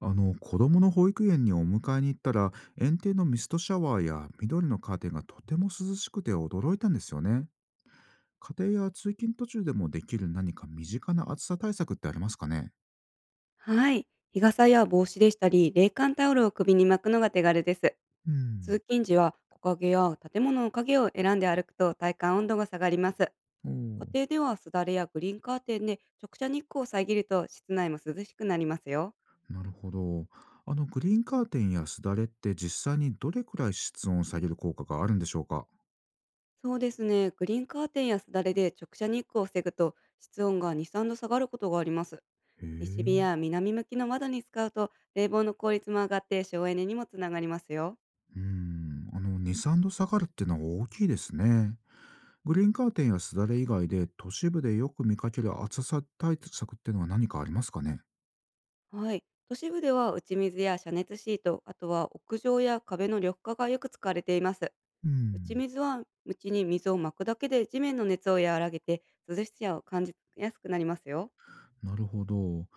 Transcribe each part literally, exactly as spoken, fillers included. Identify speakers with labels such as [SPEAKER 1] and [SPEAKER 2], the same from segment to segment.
[SPEAKER 1] あの子供の保育園にお迎えに行ったら、園庭のミストシャワーや緑のカーテンがとても涼しくて驚いたんですよね。家庭や通勤途中でもできる何か身近な暑さ対策ってありますかね？
[SPEAKER 2] はい。日傘や帽子でしたり、冷感タオルを首に巻くのが手軽です。
[SPEAKER 1] うん。
[SPEAKER 2] 通勤時は木陰や建物の影を選んで歩くと体感温度が下がります。
[SPEAKER 1] おー。
[SPEAKER 2] 家庭ではすだれやグリーンカーテンで直射日光を遮ると室内も涼しくなりますよ。
[SPEAKER 1] なるほど。あのグリーンカーテンやすだれって実際にどれくらい室温を下げる効果があるんでしょうか？
[SPEAKER 2] そうですね。グリーンカーテンやすだれで直射日光を防ぐと室温がに、さんど下がることがあります。
[SPEAKER 1] へ
[SPEAKER 2] 西日
[SPEAKER 1] え。
[SPEAKER 2] や南向きの窓に使うと冷房の効率も上がって省エネにもつながりますよ。
[SPEAKER 1] うーん、あの、に、さんど下がるっていうのは大きいですね。グリーンカーテンやすだれ以外で、都市部でよく見かける暑さ対策っていうのは何かありますかね？
[SPEAKER 2] はい。都市部では打ち水や遮熱シート、あとは屋上や壁の緑化がよく使われています。
[SPEAKER 1] うー
[SPEAKER 2] 打ち
[SPEAKER 1] ん、
[SPEAKER 2] 水はちに水をまくだけで地面の熱を和らげて、涼しさを感じやすくなりますよ。
[SPEAKER 1] なるほど。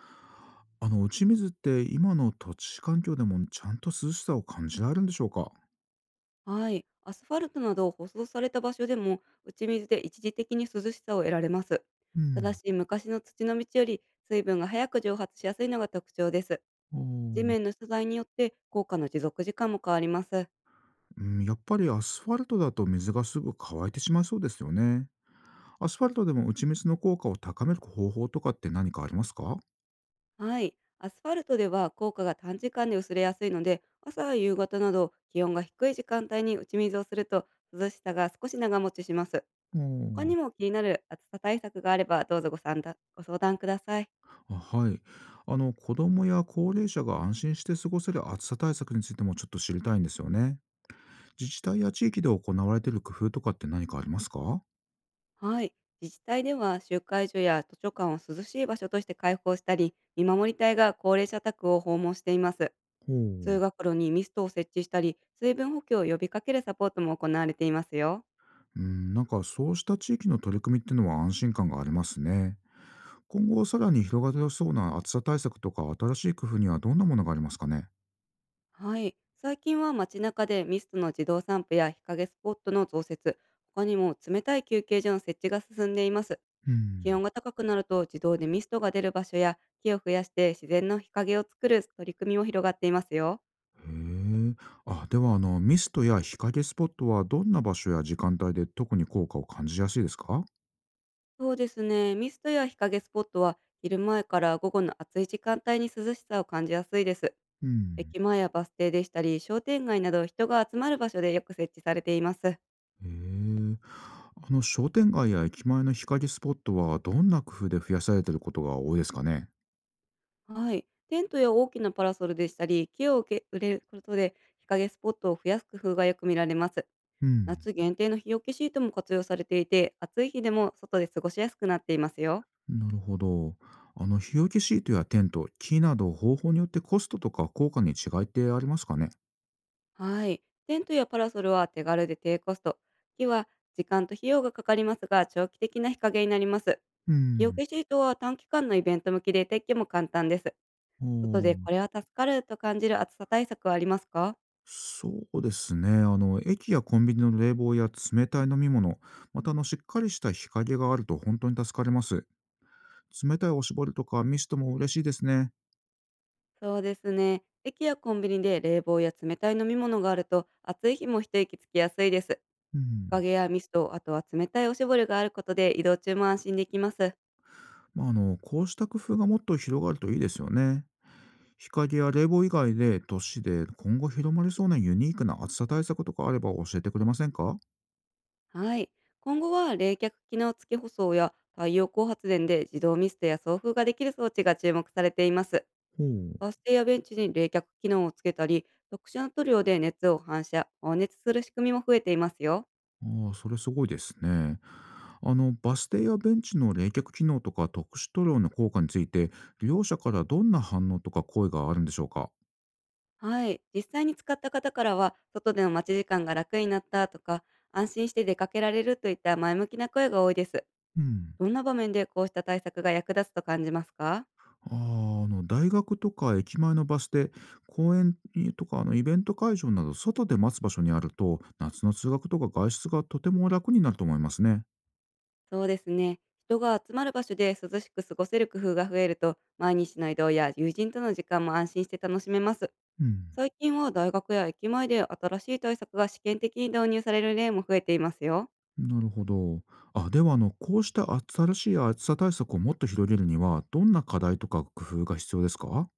[SPEAKER 1] あの、打ち水って今の土地環境でもちゃんと涼しさを感じられるんでしょうか？
[SPEAKER 2] はい。アスファルトなど舗装された場所でも打ち水で一時的に涼しさを得られます。
[SPEAKER 1] う
[SPEAKER 2] ただ
[SPEAKER 1] ん。
[SPEAKER 2] し、昔の土の道より水分が早く蒸発しやすいのが特徴です。
[SPEAKER 1] お
[SPEAKER 2] 地面
[SPEAKER 1] ー。
[SPEAKER 2] の素材によって効果の持続時間も変わります。
[SPEAKER 1] うん、やっぱりアスファルトだと水がすぐ乾いてしまいそうですよね。アスファルトでも打ち水の効果を高める方法とかって何かありますか？
[SPEAKER 2] はい。アスファルトでは効果が短時間で薄れやすいので、朝や夕方など気温が低い時間帯に打ち水をすると涼しさが少し長持ちします。
[SPEAKER 1] お
[SPEAKER 2] 他
[SPEAKER 1] ー。
[SPEAKER 2] にも気になる暑さ対策があれば、どうぞご参加ご相談ください。
[SPEAKER 1] あ、はい。あの子供や高齢者が安心して過ごせる暑さ対策についてもちょっと知りたいんですよね。自治体や地域で行われている工夫とかって何かありますか？ほ
[SPEAKER 2] はい。自治体では集会所や図書館を涼しい場所として開放したり、見守り隊が高齢者宅を訪問しています。
[SPEAKER 1] う。
[SPEAKER 2] 通学路にミストを設置したり、水分補給を呼びかけるサポートも行われていますよ。
[SPEAKER 1] うん、なんかそうした地域の取り組みっていうのは安心感がありますね。今後さらに広がりそうな暑さ対策とか新しい工夫にはどんなものがありますかね？
[SPEAKER 2] はい。最近は街中でミストの自動散布や日陰スポットの増設、他にも冷たい休憩所の設置が進んでいます。
[SPEAKER 1] う
[SPEAKER 2] 気
[SPEAKER 1] ん。
[SPEAKER 2] 温が高くなると自動でミストが出る場所や、木を増やして自然の日陰を作る取り組みも広がっていますよ。
[SPEAKER 1] へえ。あ、ではあのミストや日陰スポットはどんな場所や時間帯で特に効果を感じやすいですか？
[SPEAKER 2] そうですね。ミストや日陰スポットは昼前から午後の暑い時間帯に涼しさを感じやすいです。
[SPEAKER 1] うん。
[SPEAKER 2] 駅前やバス停でしたり、商店街など人が集まる場所でよく設置されています。
[SPEAKER 1] へえ。あの商店街や駅前の日陰スポットはどんな工夫で増やされてることが多いですかね？
[SPEAKER 2] はい。テントや大きなパラソルでしたり、木を受け売れることで日陰スポットを増やす工夫がよく見られます。
[SPEAKER 1] うん、
[SPEAKER 2] 夏限定の日よけシートも活用されていて、暑い日でも外で過ごしやすくなっていますよ。
[SPEAKER 1] なるほど。あの日よけシートやテント、木など方法によってコストとか効果に違いってありますかね？
[SPEAKER 2] はい。テントやパラソルは手軽で低コスト。木は時間と費用がかかりますが、長期的な日陰になります。
[SPEAKER 1] う
[SPEAKER 2] 日よ
[SPEAKER 1] ん。
[SPEAKER 2] けシートは短期間のイベント向きで撤去も簡単です。
[SPEAKER 1] お
[SPEAKER 2] 外で
[SPEAKER 1] お、
[SPEAKER 2] これは助かると感じる暑さ対策はありますか？
[SPEAKER 1] そうですね。あの駅やコンビニの冷房や冷たい飲み物、またあのしっかりした日陰があると本当に助かります。冷たいおしぼりとかミストも嬉しいですね。
[SPEAKER 2] そうですね。駅やコンビニで冷房や冷たい飲み物があると、暑い日も一息つきやすいです。
[SPEAKER 1] う
[SPEAKER 2] 日
[SPEAKER 1] ん。
[SPEAKER 2] 陰やミスト、あとは冷たいおしぼりがあることで移動中も安心できます。
[SPEAKER 1] まあ、あの、こうした工夫がもっと広がるといいですよね。日陰や冷房以外で都市で今後広まりそうなユニークな暑さ対策とかあれば教えてくれませんか？
[SPEAKER 2] はい。今後は冷却機能付き舗装や太陽光発電で自動ミストや送風ができる装置が注目されています。
[SPEAKER 1] ほう。
[SPEAKER 2] バス停やベンチに冷却機能をつけたり、特殊な塗料で熱を反射、放熱する仕組みも増えていますよ。
[SPEAKER 1] ああ、それすごいですね。あの、バス停やベンチの冷却機能とか特殊塗料の効果について、利用者からどんな反応とか声があるんでしょうか？
[SPEAKER 2] はい、実際に使った方からは、外での待ち時間が楽になったとか、安心して出かけられるといった前向きな声が多いです。
[SPEAKER 1] うん。
[SPEAKER 2] どんな場面でこうした対策が役立つと感じますか？
[SPEAKER 1] ああ、あの、大学とか駅前のバス停、公園とかあのイベント会場など、外で待つ場所にあると、夏の通学とか外出がとても楽になると思いますね。
[SPEAKER 2] そうですね。人が集まる場所で涼しく過ごせる工夫が増えると、毎日の移動や友人との時間も安心して楽しめます。
[SPEAKER 1] うん。
[SPEAKER 2] 最近は大学や駅前で新しい対策が試験的に導入される例も増えていますよ。
[SPEAKER 1] なるほど。あ、では、あの、こうした新しい暑さ対策をもっと広げるには、どんな課題とか工夫が必要ですか？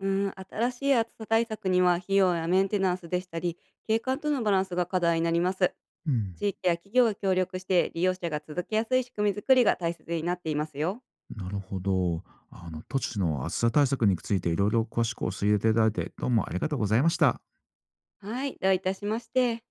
[SPEAKER 2] うん、新しい暑さ対策には費用やメンテナンスでしたり、景観とのバランスが課題になります。
[SPEAKER 1] うん。
[SPEAKER 2] 地域や企業が協力して利用者が続けやすい仕組みづくりが大切になっていますよ。
[SPEAKER 1] なるほど。あの、都市の暑さ対策についていろいろ詳しく教えていただいて、どうもありがとうございました。
[SPEAKER 2] はい、どういたしまして。